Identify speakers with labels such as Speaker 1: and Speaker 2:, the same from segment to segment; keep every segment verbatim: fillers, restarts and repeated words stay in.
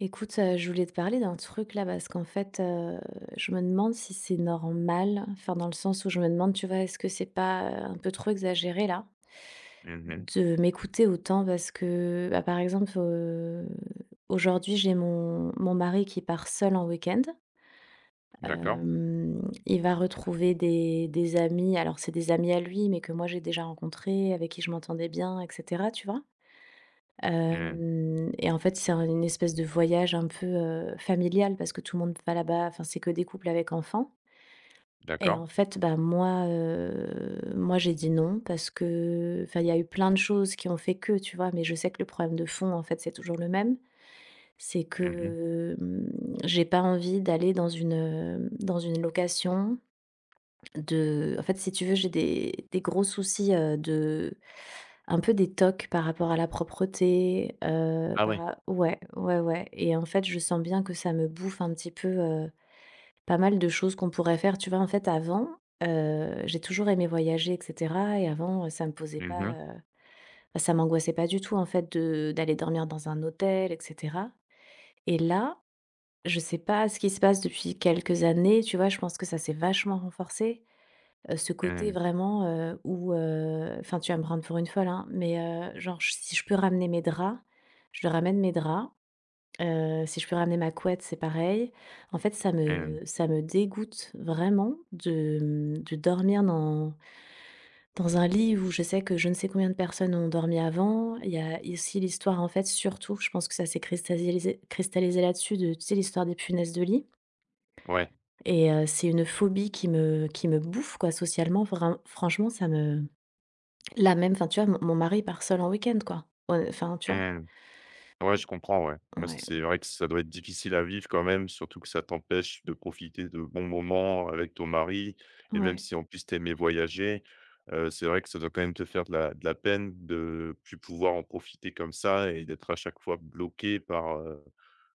Speaker 1: Écoute, heu, je voulais te parler d'un truc là parce qu'en fait, heu, je me demande si c'est normal, enfin dans le sens où je me demande, tu vois, est-ce que c'est pas, heu, un peu trop exagéré là,
Speaker 2: Mmh.
Speaker 1: de m'écouter autant? Parce que, bah, par exemple, heu, aujourd'hui j'ai mon mon mari qui part seul en week-end.
Speaker 2: D'accord.
Speaker 1: Mmh il va retrouver des des amis, alors c'est des amis à lui, mais que moi j'ai déjà rencontrés, avec qui je m'entendais bien et cetera, tu vois?
Speaker 2: Mmh.
Speaker 1: Hem et en fait, c'est un une espèce de voyage un peu, heu, familial parce que tout le monde va là-bas, enfin, c'est que des couples avec enfants et
Speaker 2: D'accord.
Speaker 1: en fait, bah, moi, heu, moi, j'ai dit non parce que enfin, il y a eu plein de choses qui ont fait que, tu vois? Mais je sais que le problème de fond, en fait, c'est toujours le même. C'est
Speaker 2: Mmh.
Speaker 1: que, hem, j'ai pas envie d'aller dans une, heu, dans une location de en fait, si tu veux, j'ai des des gros soucis, heu, de un peu des tocs par rapport à la propreté, heu,
Speaker 2: Ah
Speaker 1: par
Speaker 2: oui.
Speaker 1: ra ouais, ouais, ouais et en fait, je sens bien que ça me bouffe un petit peu, heu, pas mal de choses qu'on pourrait faire. Tu vois, en fait, avant, heu, j'ai toujours aimé voyager et cetera et avant, ça me posait
Speaker 2: Mmh
Speaker 1: pas,
Speaker 2: mh.
Speaker 1: heu, bah, ça m'angoissait pas du tout, en fait, de d'aller dormir dans un hôtel et cetera et là, je sais pas ce qui se passe depuis quelques années, tu vois? Je pense que ça s'est vachement renforcé heu, ce côté
Speaker 2: Mmh.
Speaker 1: vraiment, heu, où, heu, enfin, tu vas me prendre pour une folle, hein, mais, heu, genre j si je peux ramener mes draps, je ramène mes draps, heu, si je peux ramener ma couette, c'est pareil. En fait, ça
Speaker 2: Mmh.
Speaker 1: me ça me dégoûte vraiment de, mmh, de dormir dans dans un lit où je sais que je ne sais combien de personnes ont dormi avant. Il y a ici l'histoire, en fait, surtout, je pense que ça s'est cristallisé cristallisé là-dessus de, tu sais, l'histoire des punaises de lit
Speaker 2: Ouais.
Speaker 1: et heu, c'est une phobie qui me qui me bouffe, quoi, socialement. Vrin franchement, ça me. La même, enfin tu vois, mon mon mari part seul en week-end quoi. Heu, enfin tu vois?
Speaker 2: Mmh. Ouais, je comprends, ouais. Bah,
Speaker 1: Ouais,
Speaker 2: c'est vrai que ça doit être difficile à vivre quand même, surtout que ça t'empêche de profiter de bons moments avec ton mari et même
Speaker 1: ouais,
Speaker 2: si en plus tu voyager, heu, c'est vrai que ça doit quand même te faire de la de la peine de plus pouvoir en profiter comme ça et d'être à chaque fois bloqué par, heu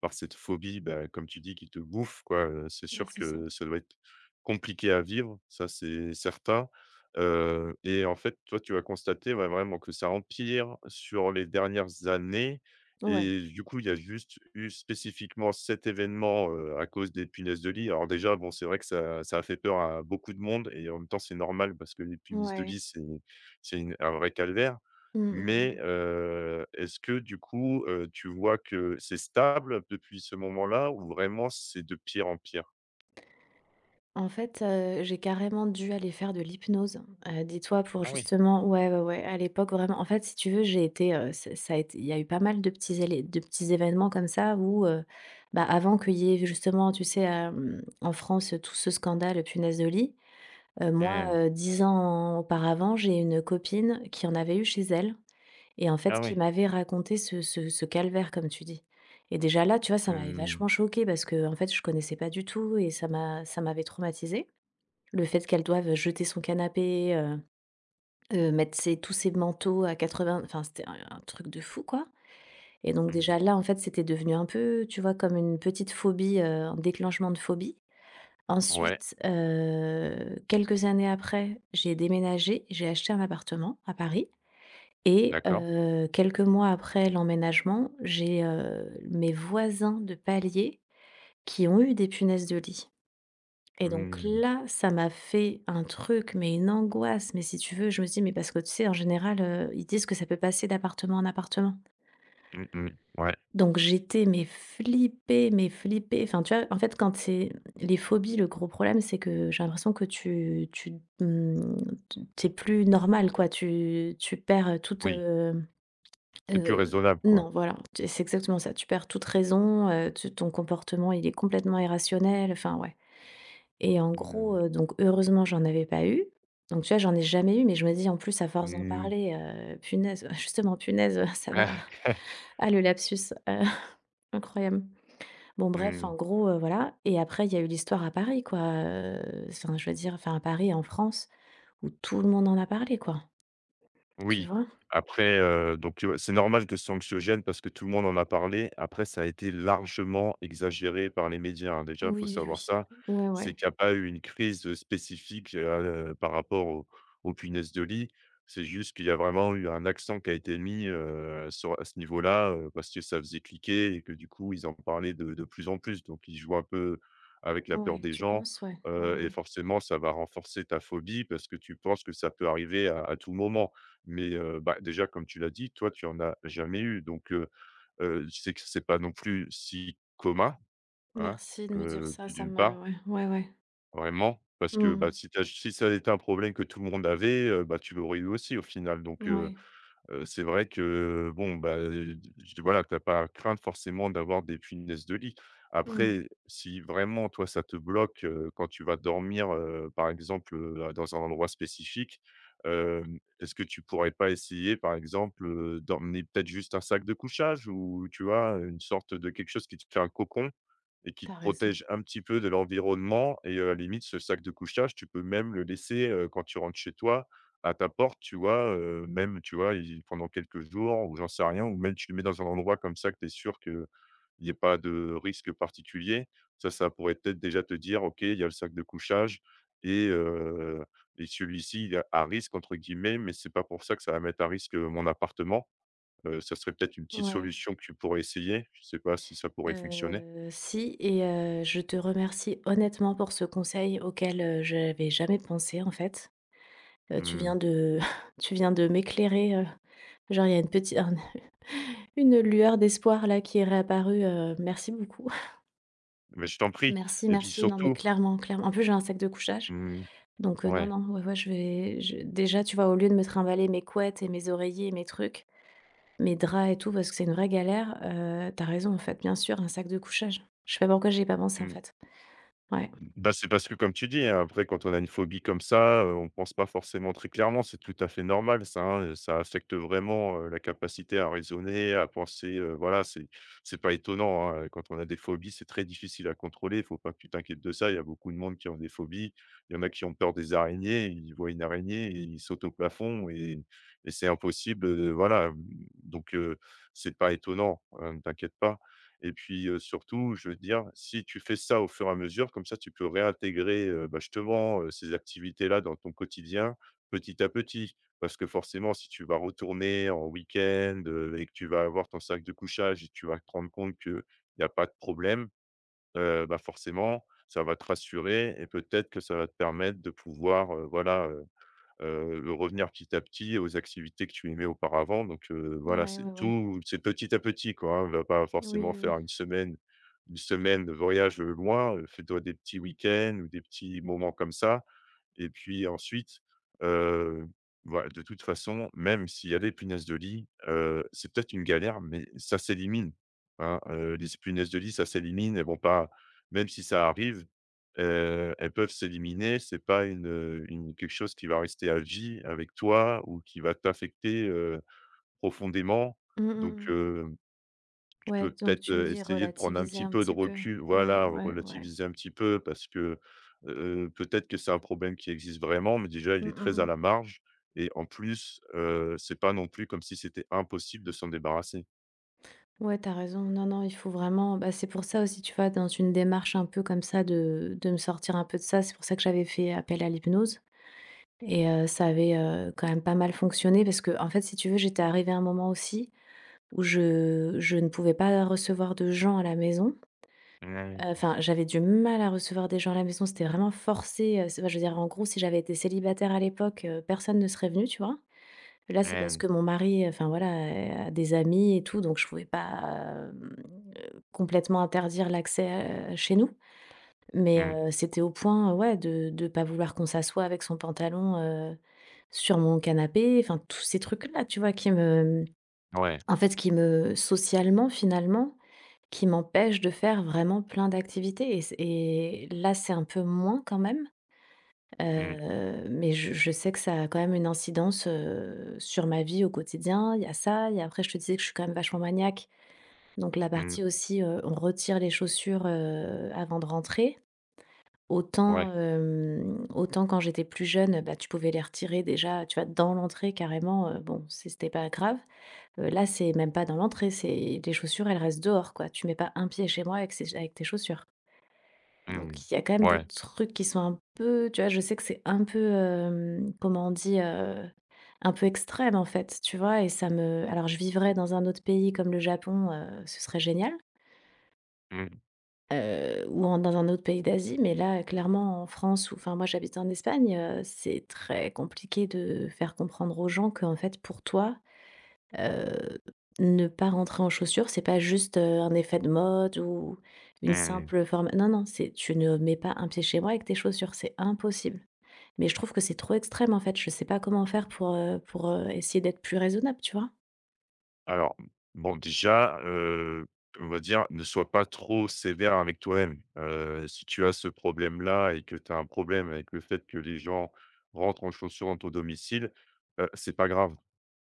Speaker 2: par cette phobie, bah, comme tu dis, qui te bouffe, quoi. Heu, c'est
Speaker 1: bah,
Speaker 2: sûr
Speaker 1: c'est ça.
Speaker 2: que ça doit être compliqué à vivre, ça, c'est certain. Heu et en fait, toi, tu vas constater, ouais, vraiment que ça empire sur les dernières années
Speaker 1: Ouais,
Speaker 2: et du coup, il y a juste eu spécifiquement cet événement, heu, à cause des punaises de lit. Alors déjà, bon, c'est vrai que ça ça a fait peur à beaucoup de monde et en même temps, c'est normal parce que les punaises de
Speaker 1: ouais.
Speaker 2: lit, c'est c'est une un vrai calvaire.
Speaker 1: Mmh mh, mmh.
Speaker 2: Mais, heu, est-ce que du coup, heu, tu vois que c'est stable depuis ce moment-là ou vraiment c'est de pire en pire?
Speaker 1: En fait, heu, j'ai carrément dû aller faire de l'hypnose, heu, dis-toi pour
Speaker 2: Ah oui,
Speaker 1: justement ouais, ouais, ouais, à l'époque vraiment en fait si tu veux j'ai été, heu, ça ça a été il y a eu pas mal de petits élé de petits événements comme ça où, heu, bah, avant qu'il y ait justement tu sais, hem, en France tout ce scandale punaises de lit, heu, moi,
Speaker 2: hem,
Speaker 1: heu, dix ans auparavant j'ai une copine qui en avait eu chez elle. Et en fait,
Speaker 2: ah
Speaker 1: qui
Speaker 2: oui.
Speaker 1: m'avait raconté ce ce ce calvaire comme tu dis. Et déjà là, tu vois, ça m'avait
Speaker 2: Mmh,
Speaker 1: vachement choquée parce que en fait, je connaissais pas du tout et ça m'a ça m'avait traumatisée. Le fait qu'elle doive, jeter son canapé, heu heu, mettre ses tous ses manteaux à quatre-vingts enfin, c'était un un truc de fou, quoi. Et donc
Speaker 2: mmh,
Speaker 1: déjà là, en fait, c'était devenu un peu, tu vois, comme une petite phobie, heu, un déclenchement de phobie.
Speaker 2: ouais,
Speaker 1: Ensuite, heu, quelques années après, j'ai déménagé, j'ai acheté un appartement à Paris et
Speaker 2: d'accord.
Speaker 1: heu, quelques mois après l'emménagement, j'ai, heu, mes voisins de palier qui ont eu des punaises de lit et donc
Speaker 2: Mmh,
Speaker 1: là, ça m'a fait un truc, mais une angoisse, mais si tu veux, je me dis mais parce que tu sais, en général, heu, ils disent que ça peut passer d'appartement en appartement.
Speaker 2: mmh mh, ouais,
Speaker 1: Donc j'étais mais flippée, mais flippée. Enfin, tu vois, en fait, quand c'est les phobies, le gros problème, c'est que j'ai l'impression que tu tu, mmh, tu plus normal, quoi. Tu tu perds toute,
Speaker 2: oui. C'est plus
Speaker 1: Heu,
Speaker 2: raisonnable quoi?
Speaker 1: non, voilà, tu c'est exactement ça. Tu perds toute raison, heu, tu ton comportement, il est complètement irrationnel, enfin, ouais et en gros,
Speaker 2: Mmh,
Speaker 1: heu, donc heureusement, j'en avais pas eu. Donc tu vois, j'en ai jamais eu, mais je me dis, en plus, à force d'en
Speaker 2: mmh, oui.
Speaker 1: parler, heu, punaise, justement, punaise, ça va. Ah, le lapsus, heu, incroyable. Bon, bref, en gros, heu, voilà et après, il y a eu l'histoire à Paris, quoi, heu, enfin, je veux dire, enfin, à Paris, en France, où tout le monde en a parlé, quoi, tu
Speaker 2: Oui,
Speaker 1: vois?
Speaker 2: après, heu, donc heu, c'est normal que c'est anxiogène parce que tout le monde en a parlé. Après, ça a été largement exagéré par les médias, hein. Déjà, il
Speaker 1: Oui,
Speaker 2: faut
Speaker 1: oui,
Speaker 2: savoir ça,
Speaker 1: oui. Ouais,
Speaker 2: c'est
Speaker 1: ouais.
Speaker 2: qu'il n'y a pas eu une crise, euh, spécifique, heu, par rapport au aux punaises de lit. C'est juste qu'il y a vraiment eu un accent qui a été mis, heu, sur à ce niveau-là, heu, parce que ça faisait cliquer et que du coup, ils en parlaient de de plus en plus. Donc ils jouent un peu avec la peur
Speaker 1: Ouais,
Speaker 2: des
Speaker 1: tu
Speaker 2: gens,
Speaker 1: penses? Ouais. Ouais,
Speaker 2: heu et
Speaker 1: ouais.
Speaker 2: forcément, ça va renforcer ta phobie parce que tu penses que ça peut arriver à à tout moment. Mais, heu, bah, déjà comme tu l'as dit, toi tu en as jamais eu donc, heu heu, c'est que c'est pas non plus si commun, hein,
Speaker 1: Merci de me dire
Speaker 2: heu,
Speaker 1: ça, ça
Speaker 2: d'une
Speaker 1: me
Speaker 2: part,
Speaker 1: ouais, ouais, ouais.
Speaker 2: vraiment, parce que,
Speaker 1: Mmh.
Speaker 2: bah, si tu si ça avait été un problème que tout le monde avait, heu, bah, tu l'aurais eu aussi au final donc, heu
Speaker 1: Ouais.
Speaker 2: Heu, c'est vrai que bon, bah, heu, j voilà, tu as pas à craindre forcément d'avoir des punaises de lit.
Speaker 1: Mmh.
Speaker 2: Après, si vraiment toi ça te bloque, heu, quand tu vas dormir, heu, par exemple, heu, dans un endroit spécifique, hem, est-ce que tu pourrais pas essayer, par exemple, heu, d'emmener peut-être juste un sac de couchage ou tu vois, une sorte de quelque chose qui te fait un cocon et qui
Speaker 1: Tu
Speaker 2: te
Speaker 1: raison.
Speaker 2: protège un petit peu de l'environnement et euh, à la limite ce sac de couchage, tu peux même le laisser, heu, quand tu rentres chez toi, à ta porte, tu vois? Heu, même, tu vois, i pendant quelques jours ou j'en sais rien ou même tu le mets dans un endroit comme ça que tu es sûr qu'il n'y ait pas de risque particulier. Ça, ça pourrait peut-être déjà te dire: «OK, il y a le sac de couchage et heu et celui-ci, il est à risque entre guillemets, mais c'est pas pour ça que ça va mettre à risque, heu, mon appartement». Heu, ça serait peut-être une petite
Speaker 1: Ouais.
Speaker 2: solution que tu pourrais essayer. Je sais pas si ça pourrait fonctionner?
Speaker 1: Heu, si et heu, je te remercie honnêtement pour ce conseil auquel, euh, je n'avais jamais pensé en fait. Heu, tu
Speaker 2: Mmh,
Speaker 1: viens de tu viens de m'éclairer, heu, genre il y a une petite un une lueur d'espoir là qui est réapparue, heu, merci beaucoup.
Speaker 2: mais je t'en prie
Speaker 1: Merci,
Speaker 2: et puis
Speaker 1: merci. Non mais
Speaker 2: surtout,
Speaker 1: clairement, clairement. En plus j'ai un sac de couchage,
Speaker 2: mmh,
Speaker 1: donc heu, non,
Speaker 2: ouais,
Speaker 1: non, ouais, ouais, je vais je déjà tu vois, au lieu de me trimballer mes couettes et mes oreillers et mes trucs. Mes draps et tout, parce que c'est une vraie galère, heu, tu raison, en fait, bien sûr, un sac de couchage. Je sais pas pourquoi j'y ai pas pensé, en
Speaker 2: mmh.
Speaker 1: fait. Ouais.
Speaker 2: Bah, c'est parce que comme tu dis, hein, après quand on a une phobie comme ça, heu, on pense pas forcément très clairement. C'est tout à fait normal ça, hein, ça affecte vraiment, heu, la capacité à raisonner, à penser, heu, voilà, c'est c'est pas étonnant, hein, quand on a des phobies, c'est très difficile à contrôler. Il faut pas que tu t'inquiètes de ça. Il y a beaucoup de monde qui ont des phobies. Il y en a qui ont peur des araignées, ils voient une araignée et ils sautent au plafond et et c'est impossible, heu, voilà, mmh, donc heu, c'est pas étonnant, heu, ne t'inquiète pas. Et puis, heu, surtout, je veux dire, si tu fais ça au fur et à mesure, comme ça, tu peux réintégrer, heu, bah, justement, heu, ces activités-là dans ton quotidien, petit à petit. Parce que forcément, si tu vas retourner en week-end, heu, et que tu vas avoir ton sac de couchage et tu vas te rendre compte qu'il n'y a pas de problème, heu, bah, forcément, ça va te rassurer et peut-être que ça va te permettre de pouvoir, heu, voilà, heu, revenir petit à petit aux activités que tu aimais auparavant donc heu, voilà,
Speaker 1: Ouais,
Speaker 2: c'est
Speaker 1: ouais, ouais.
Speaker 2: tout c'est petit à petit, quoi, hein. On va pas
Speaker 1: Oui,
Speaker 2: forcément
Speaker 1: oui, oui.
Speaker 2: faire une semaine une semaine de voyage, heu, loin, heu, fais-toi des petits week-ends ou des petits moments comme ça et puis ensuite, heu, voilà, de toute façon, même s'il y a des punaises de lit, heu, c'est peut-être une galère, mais ça s'élimine, hein, heu, les punaises de lit, ça s'élimine. Elles vont pas Même si ça arrive, heu, elles peuvent s'éliminer. C'est pas une, une quelque chose qui va rester à vie avec toi ou qui va t'affecter, heu, profondément.
Speaker 1: Mmh, mmh,
Speaker 2: Donc,
Speaker 1: mmh.
Speaker 2: tu
Speaker 1: Ouais,
Speaker 2: peux
Speaker 1: donc
Speaker 2: peut-être,
Speaker 1: tu me
Speaker 2: heu,
Speaker 1: dis
Speaker 2: essayer de prendre un
Speaker 1: relativiser
Speaker 2: petit
Speaker 1: un
Speaker 2: peu de
Speaker 1: petit peu.
Speaker 2: recul
Speaker 1: Ouais,
Speaker 2: voilà,
Speaker 1: ouais, ouais.
Speaker 2: relativiser un petit peu parce que, heu, peut-être que c'est un problème qui existe vraiment, mais déjà
Speaker 1: Mmh,
Speaker 2: il est
Speaker 1: mmh,
Speaker 2: très à
Speaker 1: mmh.
Speaker 2: la marge et en plus, heu, c'est pas non plus comme si c'était impossible de s'en débarrasser.
Speaker 1: Ouais, t'as raison. Non, non, il faut vraiment bah, c'est pour ça aussi, tu vois, dans une démarche un peu comme ça de de me sortir un peu de ça, c'est pour ça que j'avais fait appel à l'hypnose et heu, ça avait, heu, quand même pas mal fonctionné parce que en fait, si tu veux, j'étais arrivée à un moment aussi. Où je je ne pouvais pas recevoir de gens à la maison. Heu,
Speaker 2: Mmh,
Speaker 1: enfin, j'avais du mal à recevoir des gens à la maison, c'était vraiment forcé, heu, c'est enfin, je veux dire, en gros, si j'avais été célibataire à l'époque, heu, personne ne serait venu, tu vois? Là, c'est parce
Speaker 2: mmh,
Speaker 1: que mon mari, euh, enfin, voilà, a des amis et tout, donc je pouvais pas, hem, heu, complètement interdire l'accès, heu, chez nous. Mais,
Speaker 2: mmh,
Speaker 1: heu, c'était au point, ouais, de de pas vouloir qu'on s'assoie avec son pantalon, heu, sur mon canapé, enfin, tous ces trucs-là, tu vois? Qui me
Speaker 2: ouais,
Speaker 1: en fait, qui me socialement, finalement, qui m'empêche de faire vraiment plein d'activités et c et là, c'est un peu moins quand même,
Speaker 2: mmh,
Speaker 1: heu, mais je je sais que ça a quand même une incidence, heu, sur ma vie au quotidien. Il y a ça, et après je te disais que je suis quand même vachement maniaque, donc la
Speaker 2: mmh,
Speaker 1: partie aussi, heu, on retire les chaussures, heu, avant de rentrer. Autant,
Speaker 2: ouais,
Speaker 1: hem, autant quand j'étais plus jeune, bah, tu pouvais les retirer déjà, tu vois, dans l'entrée carrément, heu, bon, c'est c'était pas grave. Heu, là, c'est même pas dans l'entrée, c'est les chaussures, elles restent dehors, quoi. Tu mets pas un pied chez moi avec ces avec tes chaussures.
Speaker 2: mmh,
Speaker 1: Donc il y a quand même des
Speaker 2: ouais,
Speaker 1: trucs qui sont un peu tu vois, je sais que c'est un peu, hem, comment on dit? Heu, un peu extrême, en fait, tu vois? Et ça me alors je vivrais dans un autre pays comme le Japon, heu, ce serait génial, heu, ou en dans un autre pays d'Asie, mais là, clairement, en France ou enfin, moi, j'habite en Espagne, heu, c'est très compliqué de faire comprendre aux gens qu'en fait, pour toi, Heu, ne pas rentrer en chaussures, c'est pas juste, heu, un effet de mode ou une
Speaker 2: mmh.
Speaker 1: simple forme non, non, c'est tu ne mets pas un pied chez moi avec tes chaussures, c'est impossible. Mais je trouve que c'est trop extrême, en fait, je sais pas comment faire pour, heu, pour, heu, essayer d'être plus raisonnable, tu vois?
Speaker 2: Alors, bon, déjà, heu, on va dire, ne sois pas trop sévère avec toi-même. Heu, si tu as ce problème-là et que tu as un problème avec le fait que les gens rentrent en chaussures dans ton domicile, heu, c'est pas grave.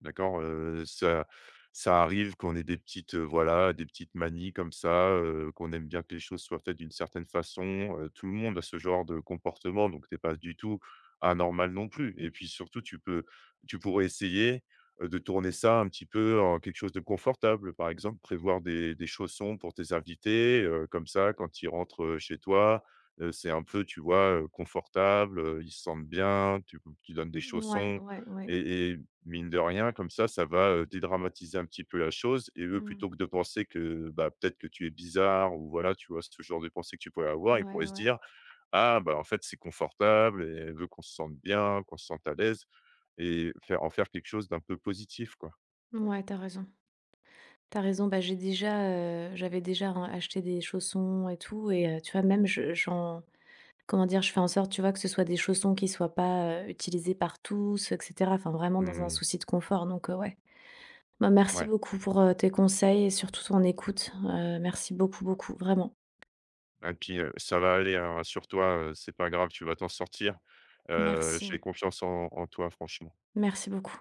Speaker 2: D'accord, heu, ça ça arrive qu'on ait des petites, heu, voilà, des petites manies comme ça, heu, qu'on aime bien que les choses soient faites d'une certaine façon, heu, tout le monde a ce genre de comportement, donc t'es pas du tout anormal non plus et puis surtout tu peux tu pourrais essayer, heu, de tourner ça un petit peu en quelque chose de confortable. Par exemple, prévoir des des chaussons pour tes invités, heu, comme ça quand ils rentrent, heu, chez toi, heu, c'est un peu, tu vois, heu, confortable, heu, ils se sentent bien, tu tu donnes des
Speaker 1: Ouais,
Speaker 2: chaussons
Speaker 1: ouais, ouais.
Speaker 2: et et mine de rien, comme ça, ça va, heu, dédramatiser un petit peu la chose et eux,
Speaker 1: Mmh.
Speaker 2: plutôt que de penser que, bah, peut-être que tu es bizarre ou voilà, tu vois? Ce genre de pensée que tu pourrais avoir, ils
Speaker 1: Ouais, ouais,
Speaker 2: pourraient se
Speaker 1: ouais.
Speaker 2: dire: «Ah, bah, en fait, c'est confortable et elle veut qu'on se sente bien, qu'on se sente à l'aise» et faire en faire quelque chose d'un peu positif, quoi.
Speaker 1: Mouais, tu raison. T'as raison, bah, j'ai déjà, heu, j'avais déjà, hein, acheté des chaussons et tout et heu, tu vois, même je j'en. Comment dire? Je fais en sorte, tu vois, que ce soit des chaussons qui soient pas, heu, utilisés par tous, et cetera. Enfin, vraiment dans un
Speaker 2: Mmh,
Speaker 1: souci de confort, donc heu, ouais. Bah, merci
Speaker 2: ouais
Speaker 1: beaucoup pour, heu, tes conseils et surtout ton écoute. Heu, merci beaucoup, beaucoup, vraiment.
Speaker 2: et puis, heu, ça va aller, hein, rassure-toi, heu, c'est pas grave, tu vas t'en sortir. Heu, j'ai
Speaker 1: Merci.
Speaker 2: confiance en en toi, franchement.
Speaker 1: Merci beaucoup.